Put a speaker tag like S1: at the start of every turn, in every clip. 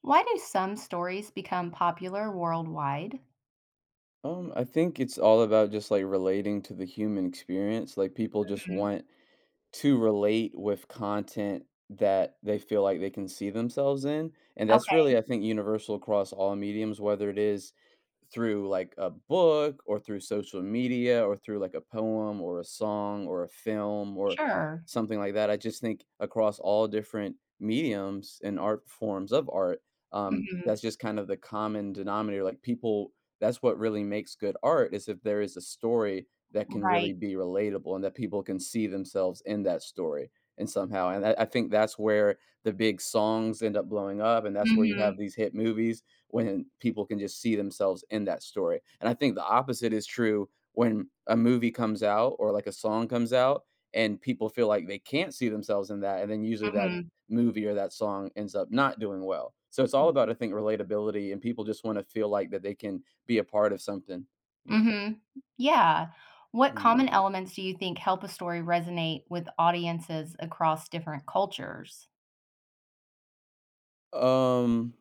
S1: Why do some stories become popular worldwide?
S2: I think it's all about just like relating to the human experience. Like people just
S1: Mhm.
S2: want to relate with content that they feel like they can see themselves in, and that's really,
S1: Okay,
S2: I think, universal across all mediums, whether it is through like a book or through social media or through like a poem or a song or a film or
S1: sure.
S2: something like that. I just think across all different mediums and art forms of art,
S1: Mhm.
S2: that's just kind of the common denominator. Like people, that's what really makes good art is if there is a story that can really
S1: Right.
S2: be relatable and that people can see themselves in that story and somehow, and I think that's where the big songs end up blowing up, and that's where you
S1: Mhm,
S2: have these hit movies when people can just see themselves in that story. And I think the opposite is true when a movie comes out or like a song comes out and people feel like they can't see themselves in that, and then usually that
S1: mhm,
S2: movie or that song ends up not doing well. So it's all about, I think, relatability, and people just want to feel like that they can be a part of something you know
S1: mhm. Yeah. What
S2: Mm.
S1: common elements do you think help a story resonate with audiences across different cultures?
S2: Um,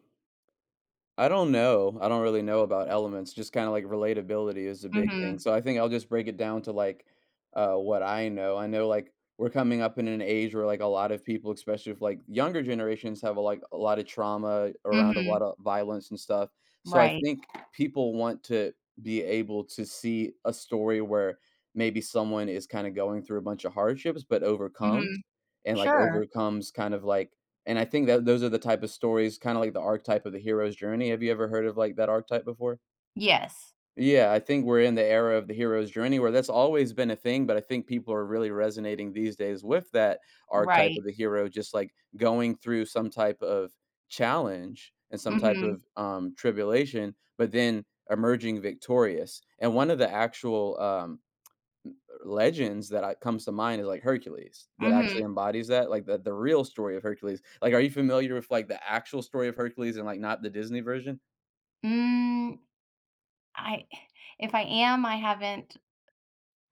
S2: I don't know. I don't really know about elements. Just kind of like relatability is a big thing.
S1: Mhm,
S2: So I think I'll just break it down to like what I know. I know like we're coming up in an age where like a lot of people, especially if like younger generations have a like a lot of trauma around a
S1: mhm.
S2: lot of violence and stuff. So I
S1: Right.
S2: think people want to be able to see a story where maybe someone is kind of going through a bunch of hardships but overcomes,
S1: Mhm.
S2: and like
S1: Sure.
S2: overcomes kind of like, and I think that those are the type of stories, kinda like the archetype of the hero's journey. Have you ever heard of, like, that archetype before?
S1: Yes.
S2: Yeah, I think we're in the era of the hero's journey where that's always been a thing, but I think people are really resonating these days with that archetype of
S1: Right.
S2: the hero just, like, going through some type of challenge and some type
S1: Mhm,
S2: of, tribulation, but then emerging victorious. And one of the actual, legends that I comes to mind is like Hercules that
S1: mhm.
S2: actually embodies that, like the real story of Hercules. Like, are you familiar with like the actual story of Hercules and like not the Disney version?
S1: Mm, I if I am, I haven't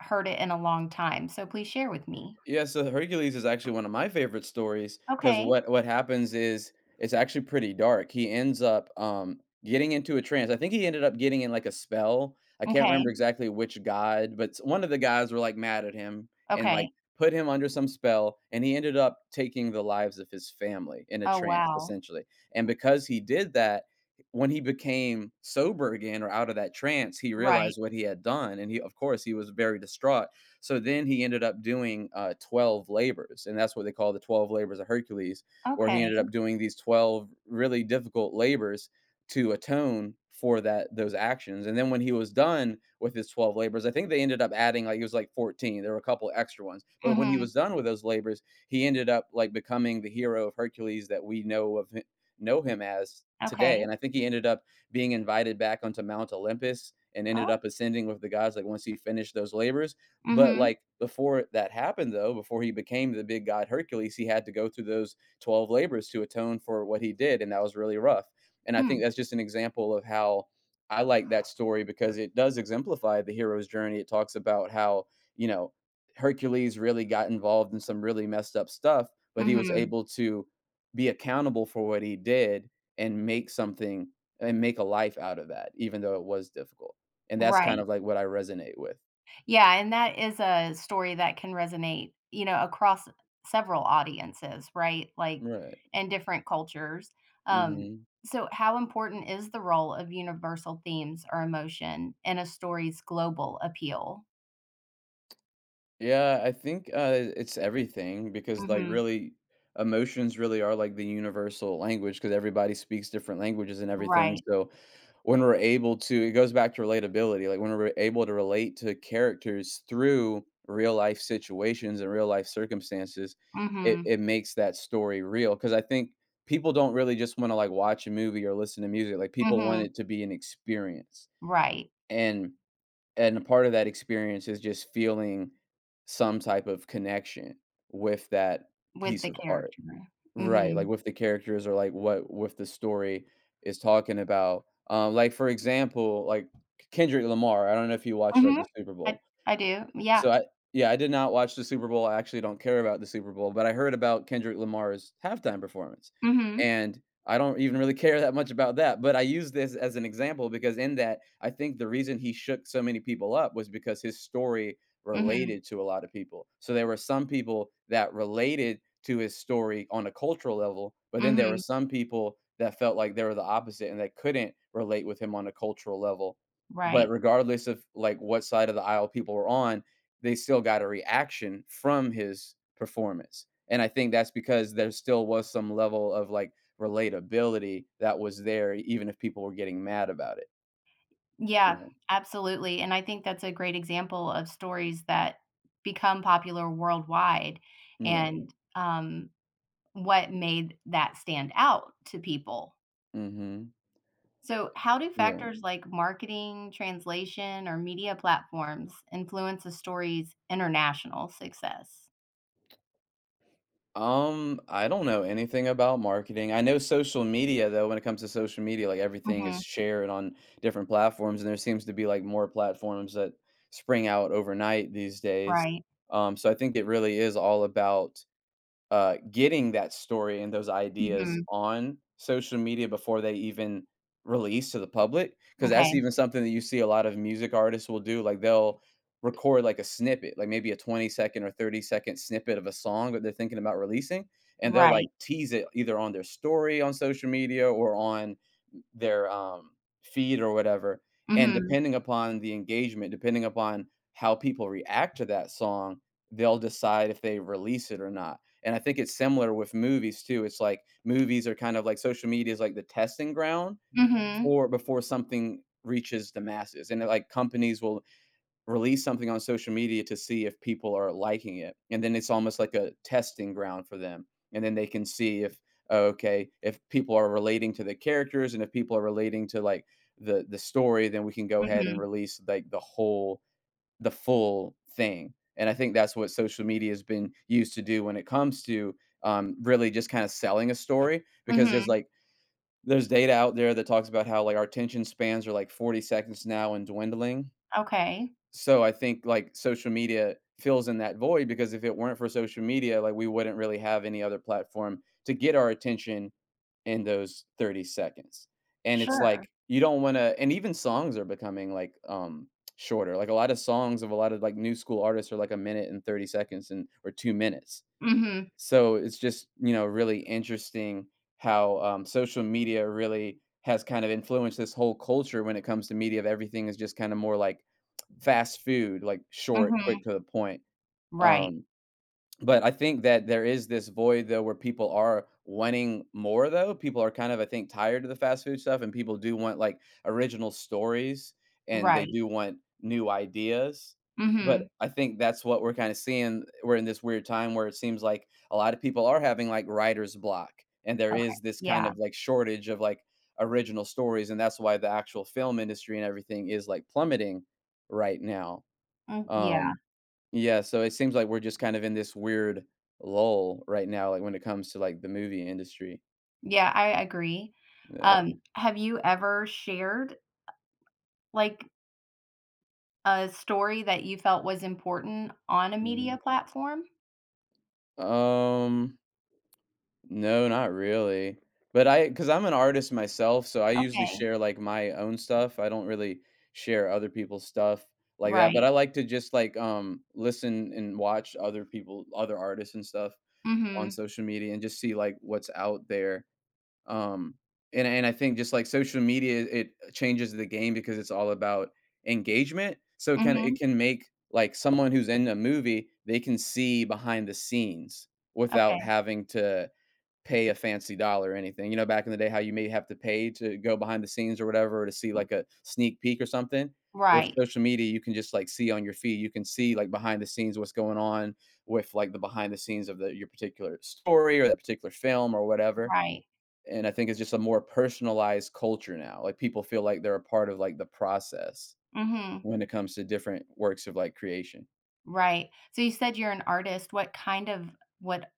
S1: heard it in a long time, so please share with me.
S2: Yeah, so Hercules is actually one of my favorite stories because
S1: Okay.
S2: what happens is it's actually pretty dark. He ends up, getting into a trance. I think he ended up getting in, like, a spell. I can't
S1: Okay.
S2: remember exactly which god, but s one of the guys were, like, mad at him and,
S1: Okay.
S2: like, put him under some spell, and he ended up taking the lives of his family in a
S1: Oh,
S2: trance,
S1: wow.
S2: essentially, and because he did that, when he became sober again or out of that trance, he
S1: Right.
S2: realized what he had done, and he of course, he was very distraught. So then he ended up doing 12 labors, and that's what they call the 12 labors of Hercules, where he
S1: Okay.
S2: ended up doing these 12 really difficult labors to atone for that those actions. And then when he was done with his 12 labors, I think they ended up adding like it was like 14. There were a couple extra ones. But when he
S1: Mhm.
S2: was done with those labors, he ended up like becoming the hero of Hercules that we know him as today.
S1: Okay.
S2: And I think he ended up being invited back onto Mount Olympus and ended
S1: Oh.
S2: up ascending with the gods like once he finished those labors. But,
S1: Mhm.
S2: like, before that happened, though, before he became the big god Hercules, he had to go through those 12 labors to atone for what he did, and that was really rough. And I
S1: Hmm.
S2: think that's just an example of how, I like that story because it does exemplify the hero's journey. It talks about how, you know, Hercules really got involved in some really messed up stuff, but he was
S1: Mhm.
S2: able to be accountable for what he did and make something and make a life out of that, even though it was difficult. And that's kind
S1: Right.
S2: of like what I resonate with.
S1: Yeah, and that is a story that can resonate, across several audiences, right? Like,
S2: Right.
S1: and different cultures. Um,
S2: Mhm.
S1: so how important is the role of universal themes or emotion in a story's global appeal?
S2: Yeah, I think, it's everything because, like,
S1: Mhm.
S2: really emotions really are, like, the universal language because everybody speaks different languages and everything,
S1: Right.
S2: so when we're able to, it goes back to relatability, like, when we're able to relate to characters through real life situations and real life circumstances, it
S1: Mhm.
S2: it makes that story real. Because I think people don't really just wanna, like, watch a movie or listen to music, like, people want
S1: Mhm.
S2: it to be an experience,
S1: Right.
S2: and And a part of that experience is just feeling some type of connection with that
S1: With
S2: piece
S1: the
S2: of art.
S1: character.
S2: Right, like,
S1: Mhm.
S2: with the characters or, like, what with the story is talking about. Like, for example, like, Kendrick Lamar, I don't know if you watch, like,
S1: Mhm.
S2: the Super
S1: I
S2: Bowl,
S1: I do. Yeah.
S2: so I, yeah, I did not watch the Super Bowl, I actually don't care about the Super Bowl, but I heard about Kendrick Lamar's halftime performance,
S1: Mhm,
S2: and I don't even really care that much about that, but I use this as an example because in that, I think the reason he shook so many people up was because his story
S1: mhm,
S2: related to a lot of people. So there were some people that related to his story on a cultural level, but then there were
S1: mhm,
S2: some people that felt like they were the opposite and that couldn't relate with him on a cultural level. But
S1: right.
S2: regardless of, like, what side of the aisle people were on, they still got a reaction from his performance. And I think that's because there still was some level of like relatability that was there, even if people were getting mad about it.
S1: Yeah,
S2: You
S1: absolutely, and I think that's a great example of stories that become popular worldwide
S2: know? Right.
S1: and, what made that stand out to people.
S2: Mm-hmm.
S1: So, how do
S2: Yeah.
S1: factors like marketing, translation, or media platforms influence a story's international success?
S2: I don't know anything about marketing. I know social media though, when it comes to social media, like everything
S1: Mhm,
S2: is shared on different platforms, and there seems to be like more platforms that spring out overnight these days.
S1: right.
S2: So I think it really is all about getting that story and those ideas
S1: Mhm,
S2: on social media before they even release to the public, because that's
S1: okay,
S2: even something that you see a lot of music artists will do, like they'll record like a snippet like maybe a 20 second or 30-second snippet of a song that they're thinking about releasing, and they'll like
S1: right.
S2: tease it either on their story on social media or on their feed or whatever, and
S1: Mhm,
S2: depending upon the engagement, depending upon how people react to that song, they'll decide if they release it or not. And I think it's similar with movies too. It's like movies are kind of like, social media is like the testing ground
S1: mhm,
S2: for before something reaches the masses. And like companies will release something on social media to see if people are liking it. And then it's almost like a testing ground for them. And then they can see if, oh, okay, if people are relating to the characters and if people are relating to like the story, then we can go ahead and
S1: mhm,
S2: release like the full thing. And I think that's what social media has been used to do when it comes to, really just kind of selling a story, because there's
S1: mhm,
S2: like, there's data out there that talks about how like our attention spans are like 40 seconds now and dwindling.
S1: okay,
S2: So I think like social media fills in that void because if it weren't for social media, like we wouldn't really have any other platform to get our attention in those 30 seconds. And it's
S1: sure,
S2: like you don't want to, and even songs are becoming like shorter. Like a lot of songs of a lot of like new school artists are like a minute and 30 seconds and or 2 minutes.
S1: mhm.
S2: So it's just, you know, really interesting how social media really has kind of influenced this whole culture when it comes to media, of everything is just kind of more like fast food, like short, quick
S1: Mhm.
S2: to the point.
S1: Right.
S2: Um, but I think that there is this void though where people are wanting more though. People are kind of, I think, tired of the fast food stuff, and people do want like original stories and they
S1: Right.
S2: do want new ideas. But
S1: Mhm.
S2: I think that's what we're kind of seeing. We're in this weird time where it seems like a lot of people are having like writer's block and there
S1: Okay.
S2: is this kind
S1: Yeah.
S2: of like shortage of like original stories, and that's why the actual film industry and everything is like plummeting right now.
S1: Mm, yeah.
S2: Um yeah, so it seems like we're just kind of in this weird lull right now, like when it comes to like the movie industry.
S1: Yeah, I agree.
S2: Yeah.
S1: Have you ever shared, like, a story that you felt was important on a
S2: Mhm.
S1: media platform?
S2: Um, no, not really. But I, because I'm an artist myself, so I usually
S1: Okay.
S2: share like my own stuff. I don't really share other people's stuff like that. But I
S1: Right.
S2: like to just like listen and watch other people, other artists and stuff on
S1: Mhm.
S2: social media, and just see like what's out there. Um, and I think just like social media, it changes the game because it's all about engagement. So it can it
S1: Mhm.
S2: can make like someone who's in a movie, they can see behind the scenes without
S1: Okay.
S2: having to pay a fancy dollar or anything. You know, back in the day, how you may have to pay to go behind the scenes or whatever to see like a sneak peek or something. Or with
S1: Right.
S2: social media, you can just like see on your feed. You can see like behind the scenes what's going on with like the behind the scenes of the your particular story or that particular film or whatever.
S1: Right.
S2: And I think it's just a more personalized culture now. Like people feel like they're a part of like the process
S1: Mhm.
S2: when it comes to different works of like creation.
S1: Right. So you said you're an artist. What kind of what,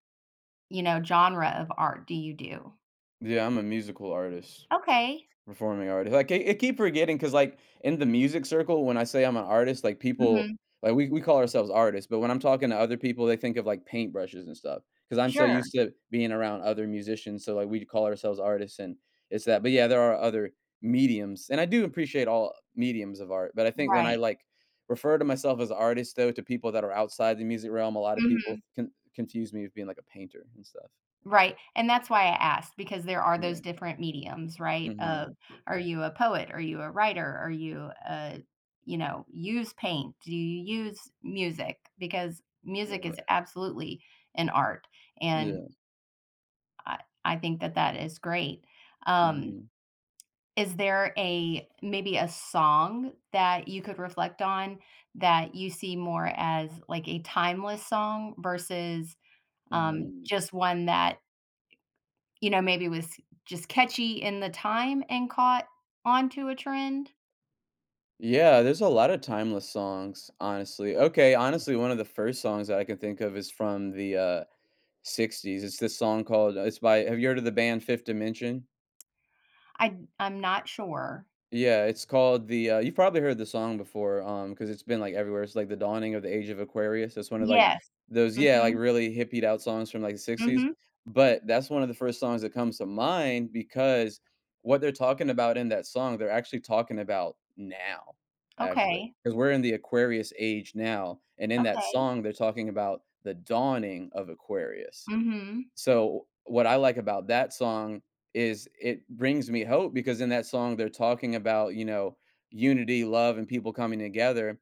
S1: genre of art do you do?
S2: Yeah, I'm a musical artist.
S1: Okay.
S2: Performing already. Like, I keep forgetting because like, in the music circle, when I say I'm an artist, like, people
S1: Mhm.
S2: like, we call ourselves artists, but when I'm talking to other people, they think of, like, paintbrushes and stuff, because 'cause I'm so
S1: Sure.
S2: used to being around other musicians, so, like, we call ourselves artists and it's that. But, yeah, there are other mediums, and I do appreciate all mediums of art, but I think when I,
S1: Right.
S2: like, refer to myself as an artist, though, to people that are outside the music realm, a lot of people
S1: Mhm.
S2: confuse me with being, like, a painter and stuff.
S1: Right, and that's why I asked because there are
S2: Yeah.
S1: those different mediums, right?
S2: Mhm.
S1: Of are you a poet? Are you a writer? Are you a use paint? Do you use music? Because music is,
S2: Right.
S1: right, absolutely an art, and
S2: Yeah.
S1: I I think that that is great. Um,
S2: Mhm.
S1: is there a maybe a song that you could reflect on that you see more as like a timeless song versus,
S2: Mm.
S1: just one that you know, maybe was just catchy in the time and caught onto a trend?
S2: Yeah, there's a lot of timeless songs, honestly. Okay, honestly, one of the first songs that I can think of is from the, '60s. It's this song called it's by have you heard of the band Fifth Dimension?
S1: I'm not sure.
S2: Yeah, it's called the, you've probably heard the song before, because 'cause it's been, like, everywhere. It's, like, The Dawning of the Age of Aquarius. It's one of, like,
S1: Yes.
S2: those yeah, like,
S1: Mhm.
S2: really hippied out songs from, like, the '60s,
S1: Mhm.
S2: but that's one of the first songs that comes to mind because what they're talking about in that song, they're actually talking about now, actually,
S1: Okay.
S2: because 'cause we're in the Aquarius age now, and in that
S1: Okay.
S2: song, they're talking about the dawning of Aquarius.
S1: Mhm.
S2: So, what I like about that song is it brings me hope because in that song they're talking about, you know, unity, love, and people coming together.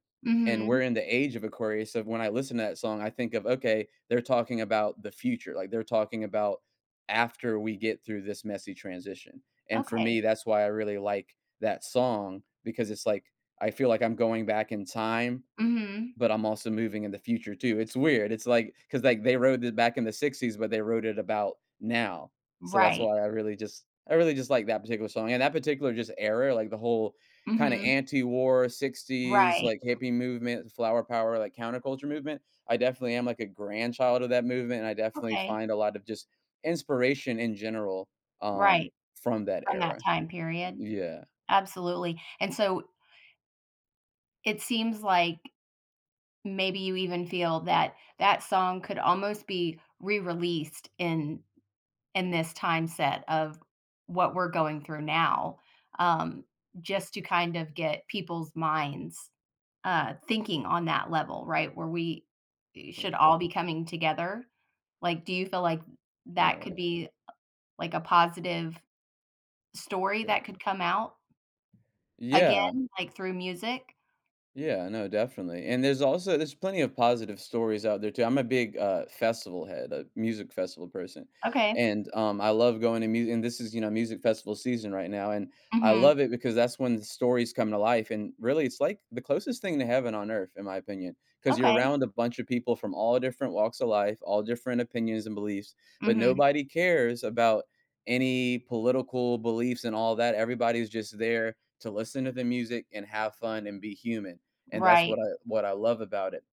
S2: And we're
S1: Mhm.
S2: in the age of Aquarius. So when I listen to that song, I think of, okay, they're talking about the future. Like they're talking about after we get through this messy transition. And for
S1: Okay.
S2: me, that's why I really like that song because it's like I feel like I'm going back in time
S1: Mhm.
S2: but I'm also moving in the future too. It's weird. It's like because like, they wrote it back in the '60s, but they wrote it about now. So that's
S1: Right.
S2: why I really just like that particular song, and that particular just era, like, the whole kinda
S1: Mhm.
S2: anti-war '60s,
S1: Right.
S2: like, hippie movement, flower power, like, counterculture movement. I definitely am, like, a grandchild of that movement, and I definitely
S1: Okay.
S2: find a lot of just inspiration in general,
S1: Right.
S2: from that
S1: From that
S2: era.
S1: time period.
S2: Yeah,
S1: Absolutely. And so it seems like maybe you even feel that that song could almost be re-released in this time set of what we're going through now, um, just to kind of get people's minds thinking on that level, right? Where we
S2: yeah,
S1: should all be coming together. Like, do you feel like that could
S2: right,
S1: be like a positive story
S2: yeah.
S1: that could come out
S2: Yeah,
S1: again, like through music?
S2: yeah, no, definitely. And there's plenty of positive stories out there too. I'm a big festival head, a music festival person,
S1: Okay.
S2: and I love going to music. And this is you know music festival season right now, and I
S1: Mhm.
S2: love it because that's when the stories come to life. And really, it's like the closest thing to heaven on earth, in my opinion, because you're
S1: Okay.
S2: around a bunch of people from all different walks of life, all different opinions and beliefs, but
S1: Mhm.
S2: nobody cares about any political beliefs and all that. Everybody's just there to listen to the music and have fun and be human, and that's
S1: Right.
S2: what I love about it.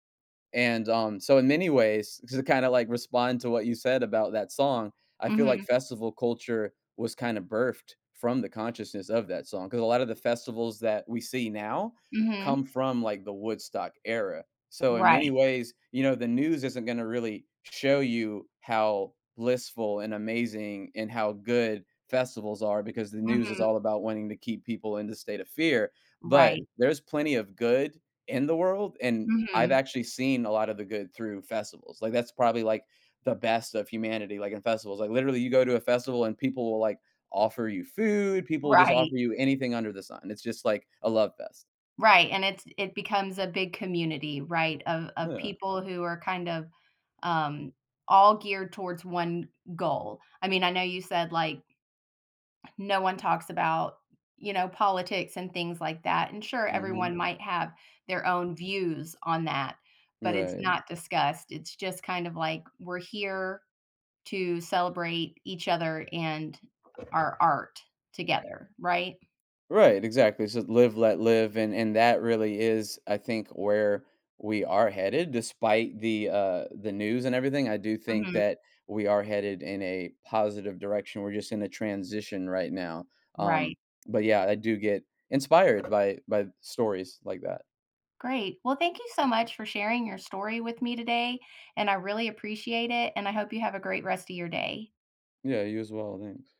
S2: And, so in many ways, to kinda, like, respond to what you said about that song, I feel like
S1: Mhm.
S2: festival culture was kinda birthed from the consciousness of that song. Because a lot of the festivals that we see now come
S1: Mhm.
S2: from, like, the Woodstock era. So in many
S1: Right.
S2: ways, you know, the news isn't gonna really show you how blissful and amazing and how good festivals are because the news is
S1: Mhm.
S2: all about wanting to keep people in the state of fear, but
S1: Right.
S2: there's plenty of good in the world, and I've
S1: Mhm.
S2: actually seen a lot of the good through festivals. Like that's probably like the best of humanity, like in festivals. Like literally, you go to a festival and people will like offer you food. People will just offer
S1: Right.
S2: you anything under the sun. It's just like a love fest.
S1: Right, and it becomes a big community, right, of
S2: Yeah.
S1: people who are kind of, um, all geared towards one goal. I mean, I know you said, like, no one talks about, politics and things like that, and sure,
S2: Hmm.
S1: everyone might have their own views on that, but it's
S2: Right.
S1: not discussed. It's just kind of like, we're here to celebrate each other and our art together, right?
S2: Right, exactly. So live, let live, and that really is, I think, where we are headed. Despite the news and everything, I do think
S1: Mhm,
S2: that we are headed in a positive direction. We're just in a transition right now. Um,
S1: right.
S2: but yeah, I do get inspired by stories like that.
S1: Great. Well, thank you so much for sharing your story with me today, and I really appreciate it, and I hope you have a great rest of your day.
S2: Yeah, you as well. Thanks.